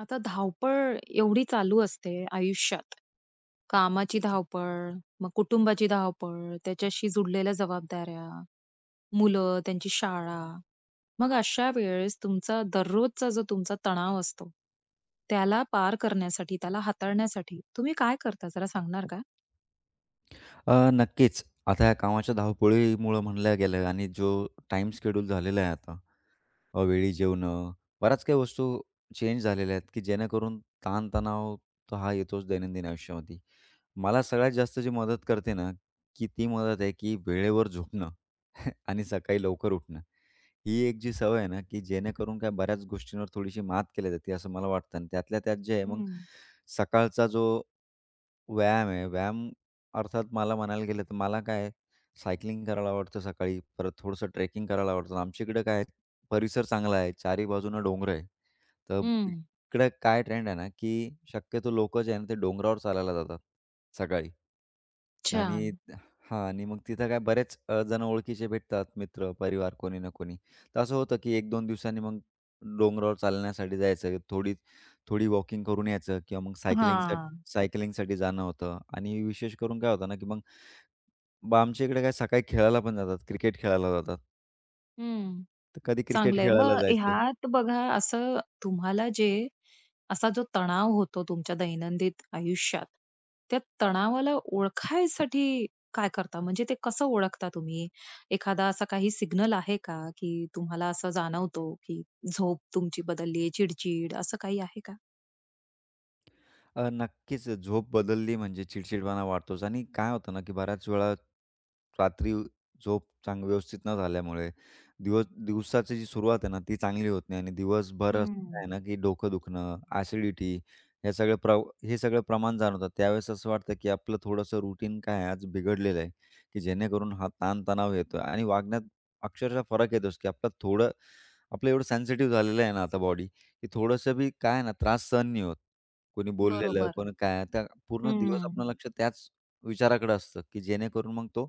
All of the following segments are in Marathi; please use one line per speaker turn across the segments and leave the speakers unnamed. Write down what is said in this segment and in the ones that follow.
आता धावपळ एवढी चालू असते आयुष्यात. कामाची धावपळ, मग कुटुंबाची धावपळ, त्याच्याशी जुडलेल्या जबाबदाऱ्या, मुलं, त्यांची शाळा. मग अशा वेळेस तुमचा दररोजचा जो तुमचा तणाव असतो, त्याला पार करण्यासाठी, त्याला हाताळण्यासाठी तुम्ही काय करता जरा सांगणार का?
नक्कीच. आता या कामाच्या धावपळीमुळं म्हणलं गेलं आणि जो टाईम शेड्यूल झालेला आहे आता, वेळी जेवणं, बऱ्याच काही वस्तू चेंज झालेल्या आहेत, की जेणेकरून ताणतणाव तर हा येतोच दैनंदिन आयुष्यामध्ये. मला सगळ्यात जास्त जी मदत करते ना, की ती मदत आहे, की वेळेवर झोपणं आणि सकाळी लवकर उठणं. ही एक जी सवय आहे ना, की जेणेकरून काय बऱ्याच गोष्टींवर थोडीशी मात केली जाते असं मला वाटतं आणि त्यातल्या त्यात जे आहे मग
हं.
सकाळचा जो व्यायाम आहे. व्यायाम अर्थात मला म्हणायला गेलं तर मला काय आहे, सायकलिंग करायला आवडतं सकाळी. परत थोडंसं ट्रेकिंग करायला आवडतं. आमच्या इकडं काय आहे, परिसर चांगला आहे. चारी बाजूनं डोंगर आहे. तर
हं.
इकडे काय ट्रेंड आहे ना, की शक्यतो लोकं जे आहे ना, ते डोंगरावर चालायला जातात सकाळी.
छान.
आणि हां आणि मग तिथं काय बरेच जण ओळखीचे भेटतात, मित्र, परिवार कोणी ना कोणी. तर असं होतं, की एक दोन दिवसांनी मग डोंगरावर चालण्यासाठी जायचं, थोडी थोडी वॉकिंग करून यायचं किंवा मग
हं.
सायकलिंगसाठी
हां.
सायकलिंगसाठी जाणं होतं. आणि विशेष करून काय होतं ना, की मग आमच्या इकडे काय सकाळी खेळायला पण जातात, क्रिकेट खेळायला जातात. तर कधी क्रिकेट
चांगलं आहे.
खेळायला
मग
जायचं.
ह्यात बघा असं तुम्हाला जे असा जो तणाव होतो तुमच्या दैनंदिन आयुष्यात, त्या तणावाला ओळखायसाठी काय करता? म्हणजे ते कसं ओळखता तुम्ही? एखादा असा काही सिग्नल आहे का, की तुम्हाला असं जाणवतो, की झोप तुमची बदलली आहे, असं काही आहे का?
नक्कीच झोप बदलली म्हणजे चिडचिडपणा वाढतोच आणि काय होतं ना, की बऱ्याच वेळा रात्री झोप व्यवस्थित न झाल्यामुळे दिवस दिवसाची जी सुरुवात आहे ना, ती चांगली होत नाही आणि दिवसभर असं
हं.
काय ना, की डोकं दुखणं, ॲसिडिटी हे सगळं प्रमाण जाणवतात. त्यावेळेस असं वाटतं, की आपलं थोडंसं रुटीन काय आहे, आज बिघडलेलं आहे, की जेणेकरून हा ताण-तणाव येतो. आणि वागण्यात अक्षरशः फरक येतोच, की आपलं एवढं सेन्सिटिव्ह झालेलं आहे ना आता बॉडी, की थोडंसं बी काय आहे ना त्रास सहन नाही होत. कोणी हं. बोललेलं,
बरोबर.
कोणी काय, त्या पूर्ण दिवस
हं.
आपलं लक्ष त्याच विचाराकडे असतं, की जेणेकरून मग तो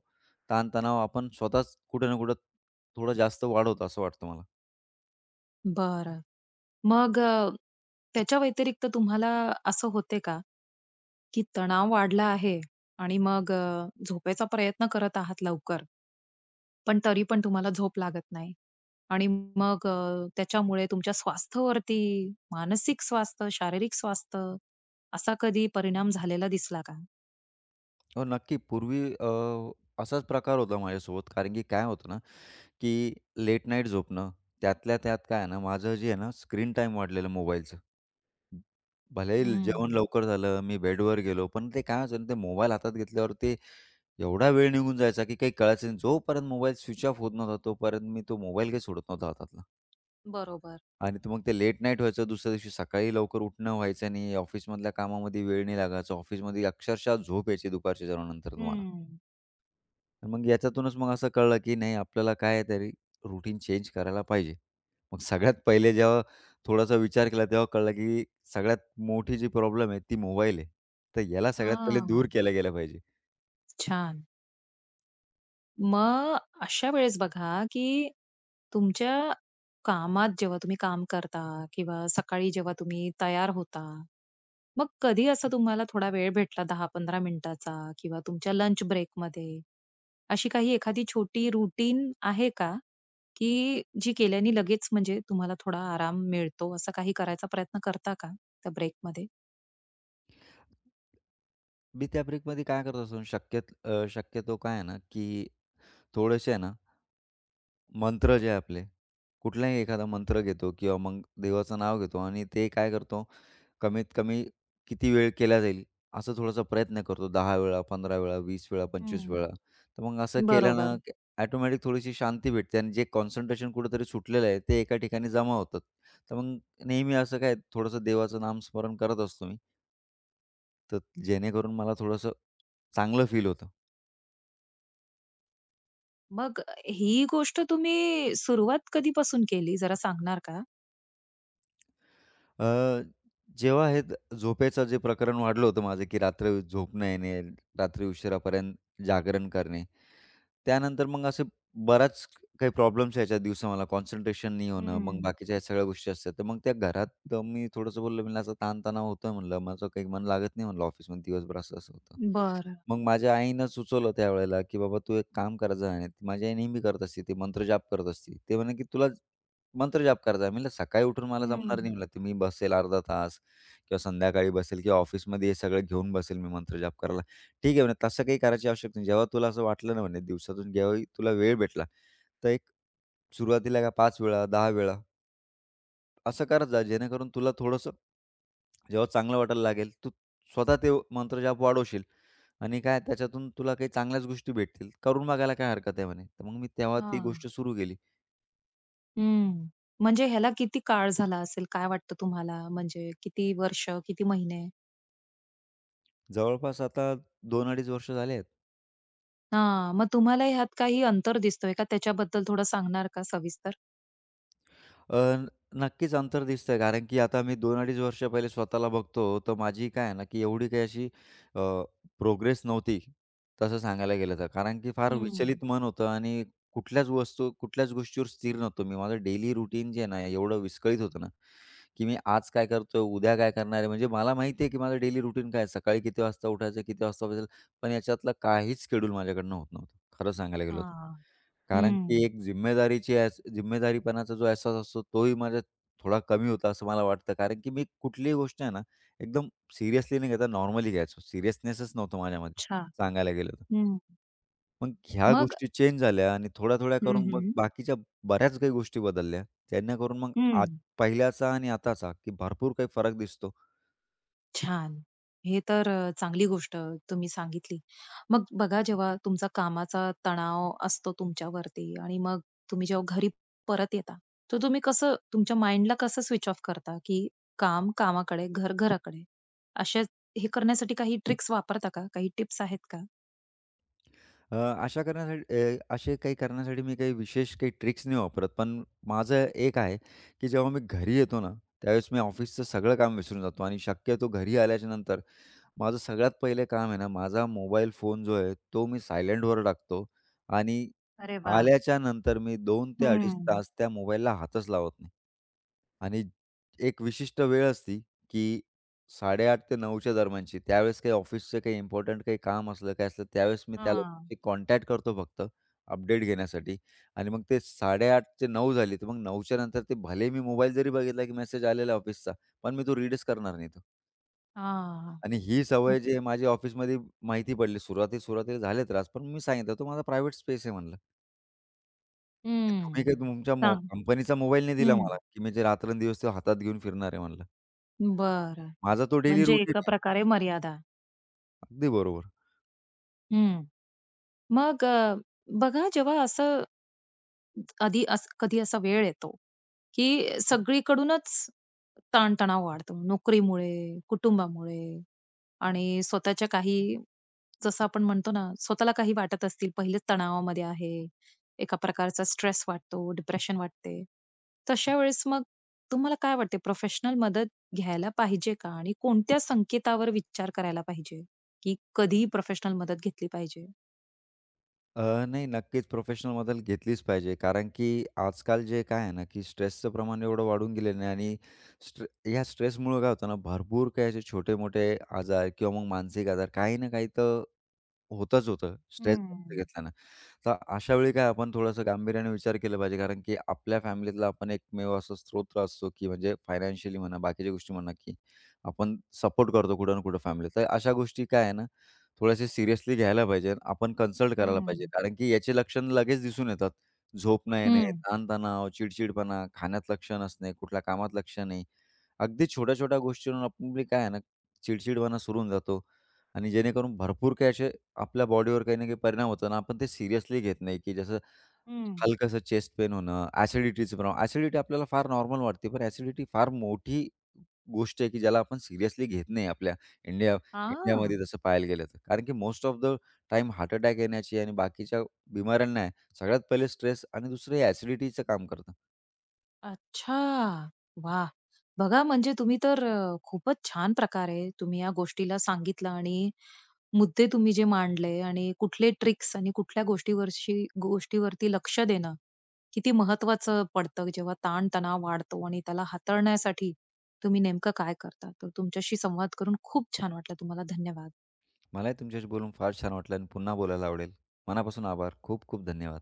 ताणतणाव आपण स्वतःच कुठे ना कुठे थोडं जास्त वाढवतो असं वाटतं मला.
बरं. मग त्याच्या व्यतिरिक्त तुम्हाला असं होते का? की तणाव वाढला आहे आणि मग झोपेचा प्रयत्न करत आहात लवकर, पण तरी पण तुम्हाला झोप लागत नाही आणि मग त्याच्यामुळे तुमच्या स्वास्थ्यावरती, मानसिक स्वास्थ्य, शारीरिक स्वास्थ्य असा कधी परिणाम झालेला दिसला का?
हो, नक्की पूर्वी असाच प्रकार होता माझ्यासोबत कारण की काय होतं ना की लेट नाईट झोपणं, त्यातल्या त्यात काय आहे ना, माझं जे आहे ना स्क्रीन टाईम वाढलेलं मोबाईलचं. भलेही
हं,
जेवण लवकर झालं, मी बेडवर गेलो, पण ते काय व्हायचं ना, ते मोबाईल हातात घेतल्यावर ते एवढा वेळ निघून जायचा की काही कळायचं नाही. जोपर्यंत मोबाईल स्विच ऑफ होत नव्हता, तोपर्यंत मी तो मोबाईल काही सोडत नव्हता हातातला.
बरोबर.
आणि ते मग ते लेट नाईट व्हायचं, दुसऱ्या दिवशी सकाळी लवकर उठणं व्हायचं नाही, ऑफिसमधल्या कामामध्ये वेळ नाही लागायचा. ऑफिसमध्ये अक्षरशः झोप यायची दुपारच्या जेवणानंतर मला.
हं.
मग याच्यातूनच मग असं कळलं, की नाही आपल्याला काहीतरी रूटीन चेंज करायला पाहिजे. मग सगळ्यात पहिले जेव्हा थोडासा विचार केला, तेव्हा कळलं, की सगळ्यात मोठी जी प्रॉब्लेम आहे ती मोबाईल आहे. तर याला सगळ्यात पहिले
हां,
दूर केलं गेलं पाहिजे.
छान. मग अशा वेळेस बघा, की तुमच्या कामात जेव्हा तुम्ही काम करता किंवा सकाळी जेव्हा तुम्ही तयार होता मग कधी असं तुम्हाला थोडा वेळ भेटला 10-15 मिनिटाचा किंवा तुमच्या लंच ब्रेकमध्ये, अशी काही एखादी छोटी रूटीन आहे का, की जी केल्याने लगेच म्हणजे तुम्हाला थोडा आराम मिळतो, असा काही करायचा प्रयत्न करता का त्या ब्रेकमध्ये?
मी त्या ब्रेकमध्ये काय करत असतो शक्यतो काय आहे ना, की थोडेसे आहे ना, मंत्र जे आपले कुठलाही एखादा मंत्र घेतो किंवा मग देवाचं नाव घेतो आणि ते काय करतो, कमीत कमी किती वेळ केला जाईल, असं थोडासा प्रयत्न करतो. 10 वेळा, 15 वेळा, 20 वेळा, 25
हं.
वेळा. तर मग असं केल्यानं
बरोबर.
की थोडीशी शांती भेटते आणि जे कॉन्सन्ट्रेशन कुठेतरी सुटलेलं आहे, ते एका ठिकाणी जमा होतात. तर मग नेहमी असं काय थोडंसं देवाचं नामस्मरण करत असतो मी. तर जेणेकरून मला थोडंसं चांगलं फील होतं.
मग ही गोष्ट तुम्ही सुरुवात कधीपासून केली जरा सांगणार का?
अ, जेव्हा झोपेचं जे प्रकरण वाढलं होतं माझं, की रात्री झोप न येणे, रात्री उशिरापर्यंत जागरण करणे. त्यानंतर मग असे बऱ्याच काही प्रॉब्लेम्स यायच्या दिवसा मला कॉन्सन्ट्रेशन नाही होणं, मग
हं.
बाकीच्या ह्या सगळ्या गोष्टी असतात. तर मग त्या घरात तर मी थोडंसं बोललो, म्हणलं "असा ताणतणाव होतोय" म्हणलं, "माझं काही मन लागत नाही" म्हणलं "ऑफिसमध्ये दिवसभर असं-असं होतं."
बरं.
मग माझ्या आईनं सुचवलं त्यावेळेला, की "बाबा तू एक काम करायचं आहे." ती माझी आई नेहमी करत असते, ती मंत्रजाप करत असते. ते म्हणे की "तुला मंत्रजाप करायचा आहे." म्हणलं "सकाळी उठून मला जमणार नाही"
हं.
म्हणलं, ते "मी बसेल अर्धा तास किंवा संध्याकाळी बसेल किंवा ऑफिसमध्ये हे सगळं घेऊन बसेल मी मंत्रजाप करायला." ठीक आहे म्हणे, तसं काही करायची आवश्यकता नाही. जेव्हा तुला असं वाटलं ना म्हणे दिवसातून जेव्हाही तुला वेळ भेटला, तर एक सुरुवातीला का 5 वेळा, 10 वेळा असं करत जा, जेणेकरून तुला थोडंसं जेव्हा चांगलं वाटायला लागेल, तू स्वतः ते मंत्रजाप वाढवशील आणि काय त्याच्यातून तुला काही चांगल्याच गोष्टी भेटतील. करून बघायला काय हरकत आहे म्हणे. तर मग मी तेव्हा ती
हां.
गोष्ट सुरू केली.
हं. म्हणजे ह्याला किती काळ झाला असेल? काय वाटतं तुम्हाला? म्हणजे किती वर्ष, किती महिने?
जवळपास आता 2 अडीच वर्ष झाले आहेत.
हां. मग तुम्हाला ह्यात काही अंतर दिसतोय का? त्याच्याबद्दल थोडं सांगणार का सविस्तर?
अ, न- नक्कीच अंतर दिसतंय कारण की आता मी 2-2.5 वर्ष पहिले स्वतःला बघतो, तर माझी काय आहे ना, की एवढी काही अशी प्रोग्रेस नव्हती, तसं सांगायला गेलं तर. कारण की फार
हं.
विचलित मन होतं आणि कुठल्याच वस्तू कुठल्याच गोष्टीवर स्थिर नव्हतो मी. माझं डेली रुटीन जे आहे ना, एवढं विस्कळीत होतं ना, की मी आज काय करतोय, उद्या काय करणार आहे. म्हणजे मला माहिती आहे, की माझं डेली रुटीन काय आहे, सकाळी किती वाजता उठायचं, किती वाजता बसेल, पण याच्यातलं काहीच शेड्यूल माझ्याकडनं होत नव्हतं, खरं सांगायला गेलं तर.
हां.
कारण की
हं.
एक जिम्मेदारीची एहस जिम्मेदारीपणाचा जो अहसास असतो, तोही माझ्यात थोडा कमी होता असं मला वाटतं. कारण की मी कुठलीही गोष्ट आहे ना, एकदम सिरियसली न घेता नॉर्मली घ्यायचो. सिरियसनेसच नव्हतं माझ्यामध्ये
अच्छा.
सांगायला गेलं तर.
हं.
मग ह्या
मग
गोष्टी चेंज झाल्या आणि थोड्या-थोड्या
हं,
करून मग
हं.
बाकीच्या बऱ्याच काही गोष्टी बदलल्या. त्यांना करून मग
हं.
आज पहिल्याचा आणि आताचा की भरपूर काही फरक दिसतो.
छान. हे तर चांगली गोष्ट तुम्ही सांगितली. मग बघा जेव्हा तुमचा कामाचा तणाव असतो तुमच्यावरती आणि मग तुम्ही जेव्हा घरी परत येता, तर तुम्ही कसं तुमच्या माइंडला कसं स्विच ऑफ करता, की काम कामाकडे, घर घराकडे? अशा हे करण्यासाठी काही ट्रिक्स वापरता का? काही टिप्स आहेत का?
अ, अशा करण्यासाठी अ, असे काही करण्यासाठी मी काही विशेष काही ट्रिक्स नाही वापरत. पण माझं एक आहे, की जेव्हा मी घरी येतो ना, त्यावेळेस मी ऑफिसचं सगळं काम विसरून जातो आणि शक्यतो घरी आल्याच्या नंतर माझं सगळ्यात पहिलं काम आहे ना, माझा मोबाईल फोन जो आहे, तो मी सायलेंटवर टाकतो आणि
अरे वाह!
आल्याच्या नंतर मी 2 ते अडीच
हं.
तास त्या मोबाईलला हातच लावत नाही. आणि एक विशिष्ट वेळ असती, की 8:30 ते 9:00 च्या दरम्यानची. त्यावेळेस काही ऑफिसचं काही इम्पोर्टंट काही काम असलं, काय असलं, त्यावेळेस मी त्या
हां.
लोकांशी कॉन्टॅक्ट करतो फक्त अपडेट घेण्यासाठी आणि मग ते 8:30 ते 9:00 झाली, तर मग 9:00च्या नंतर ते भले मी मोबाईल जरी बघितला, की मेसेज आलेला ऑफिसचा, पण मी तो रीडच करणार नाही तो.
हां.
आणि ही
हं.
सवय जी आहे माझी ऑफिसमध्ये माहिती पडली. सुरुवाती सुरुवातीला झाले त्रास, पण मी सांगितलं, "तो माझा प्रायव्हेट स्पेस आहे" म्हणलं. "की तुम्ही
हं.
काही तुमच्या
सांग.
कंपनीचा मोबाईल नाही दिला
हं.
मला, की मी जे रात्रंदिवस तो हातात घेऊन फिरणार आहे" म्हणलं.
बरं.
"माझा तो डेली
म्हणजे
रुटीन
एका
आहे."
प्रकारे मर्यादा.
अगदी बरोबर.
हं. मग बघा जेव्हा असं कधी असा वेळ येतो, की सगळीकडूनच ताणतणाव वाढतो. नोकरीमुळे, कुटुंबामुळे आणि स्वतःच्या काही जसं आपण म्हणतो ना, स्वतःला काही वाटत असतील, पहिलेच तणावामध्ये आहे, एका प्रकारचा स्ट्रेस वाटतो, डिप्रेशन वाटते. तशा वेळेस मग तुम्हाला काय वाटते प्रोफेशनल मदत घ्यायला पाहिजे का? आणि कोणत्या संकेतावर विचार करायला पाहिजे, की कधी प्रोफेशनल मदत घेतली पाहिजे?
नाही, नक्कीच प्रोफेशनल मदत घेतलीच पाहिजे. कारण की आजकाल जे काय आहे ना, की स्ट्रेसचं प्रमाण एवढं वाढून गेलेलं आहे आणि ह्या स्ट्रेसमुळं काय होतं ना, भरपूर काही असे छोटे-मोठे आजार किंवा मग मानसिक आजार काही ना काही तर होतच होतं. स्ट्रेस जास्त
हं,
घेतल्यानं. तर अशा वेळी काय आपण थोडंसं गांभीर्याने विचार केला पाहिजे कारण की आपल्या फॅमिलीतला आपण एकमेव असा स्रोत असतो, की म्हणजे फायनान्शियली म्हणा, बाकीच्या गोष्टी म्हणा, की आपण सपोर्ट करतो कुठं ना कुठं फॅमिली. तर अशा गोष्टी काय आहे ना, थोड्याशा सिरियसली घ्यायला पाहिजे. आपण कन्सल्ट करायला पाहिजे
हं,
कारण की याची लक्षणं लगेच दिसून येतात. झोप न येणे,
हं,
ताणतणाव, चिडचिडपणा, खाण्यात लक्ष नसणे, कुठल्या कामात लक्ष नाही. अगदी छोट्या-छोट्या गोष्टीवरून आपली काय आहे ना, चिडचिडपणा सुरू होऊन जातो आणि जेणेकरून भरपूर काही असे आपल्या बॉडीवर काही ना काही परिणाम होतो आणि आपण ते सिरियसली घेत नाही, की जसं
हं.
हलकंसं चेस्ट पेन होणं, ॲसिडिटीचं प्रमाण. ॲसिडिटी आपल्याला फार नॉर्मल वाटते, पण ॲसिडिटी फार मोठी गोष्ट आहे, की ज्याला आपण सिरियसली घेत नाही आपल्या इंडिया
हां.
इंडियामध्ये तसं पाहायला गेलं तर. कारण की most of the time heart attack येण्याची आणि बाकीच्या बिमाऱ्यांना आहे, सगळ्यात पहिले स्ट्रेस आणि दुसरं हे ॲसिडिटीचं काम करतं.
अच्छा. वा, बघा म्हणजे तुम्ही तर खूपच छान प्रकारे तुम्ही या गोष्टीला सांगितलं आणि मुद्दे तुम्ही जे मांडले आणि कुठले ट्रिक्स आणि कुठल्या गोष्टीवरती लक्ष देणं किती महत्वाचं पडतं जेव्हा ताण-तणाव वाढतो आणि त्याला हाताळण्यासाठी तुम्ही नेमकं काय करता. तर तुमच्याशी संवाद करून खूप छान वाटलं. तुम्हाला धन्यवाद.
मलाही तुमच्याशी बोलून फार छान वाटलं आणि पुन्हा बोलायला आवडेल. मनापासून आभार. खूप खूप धन्यवाद.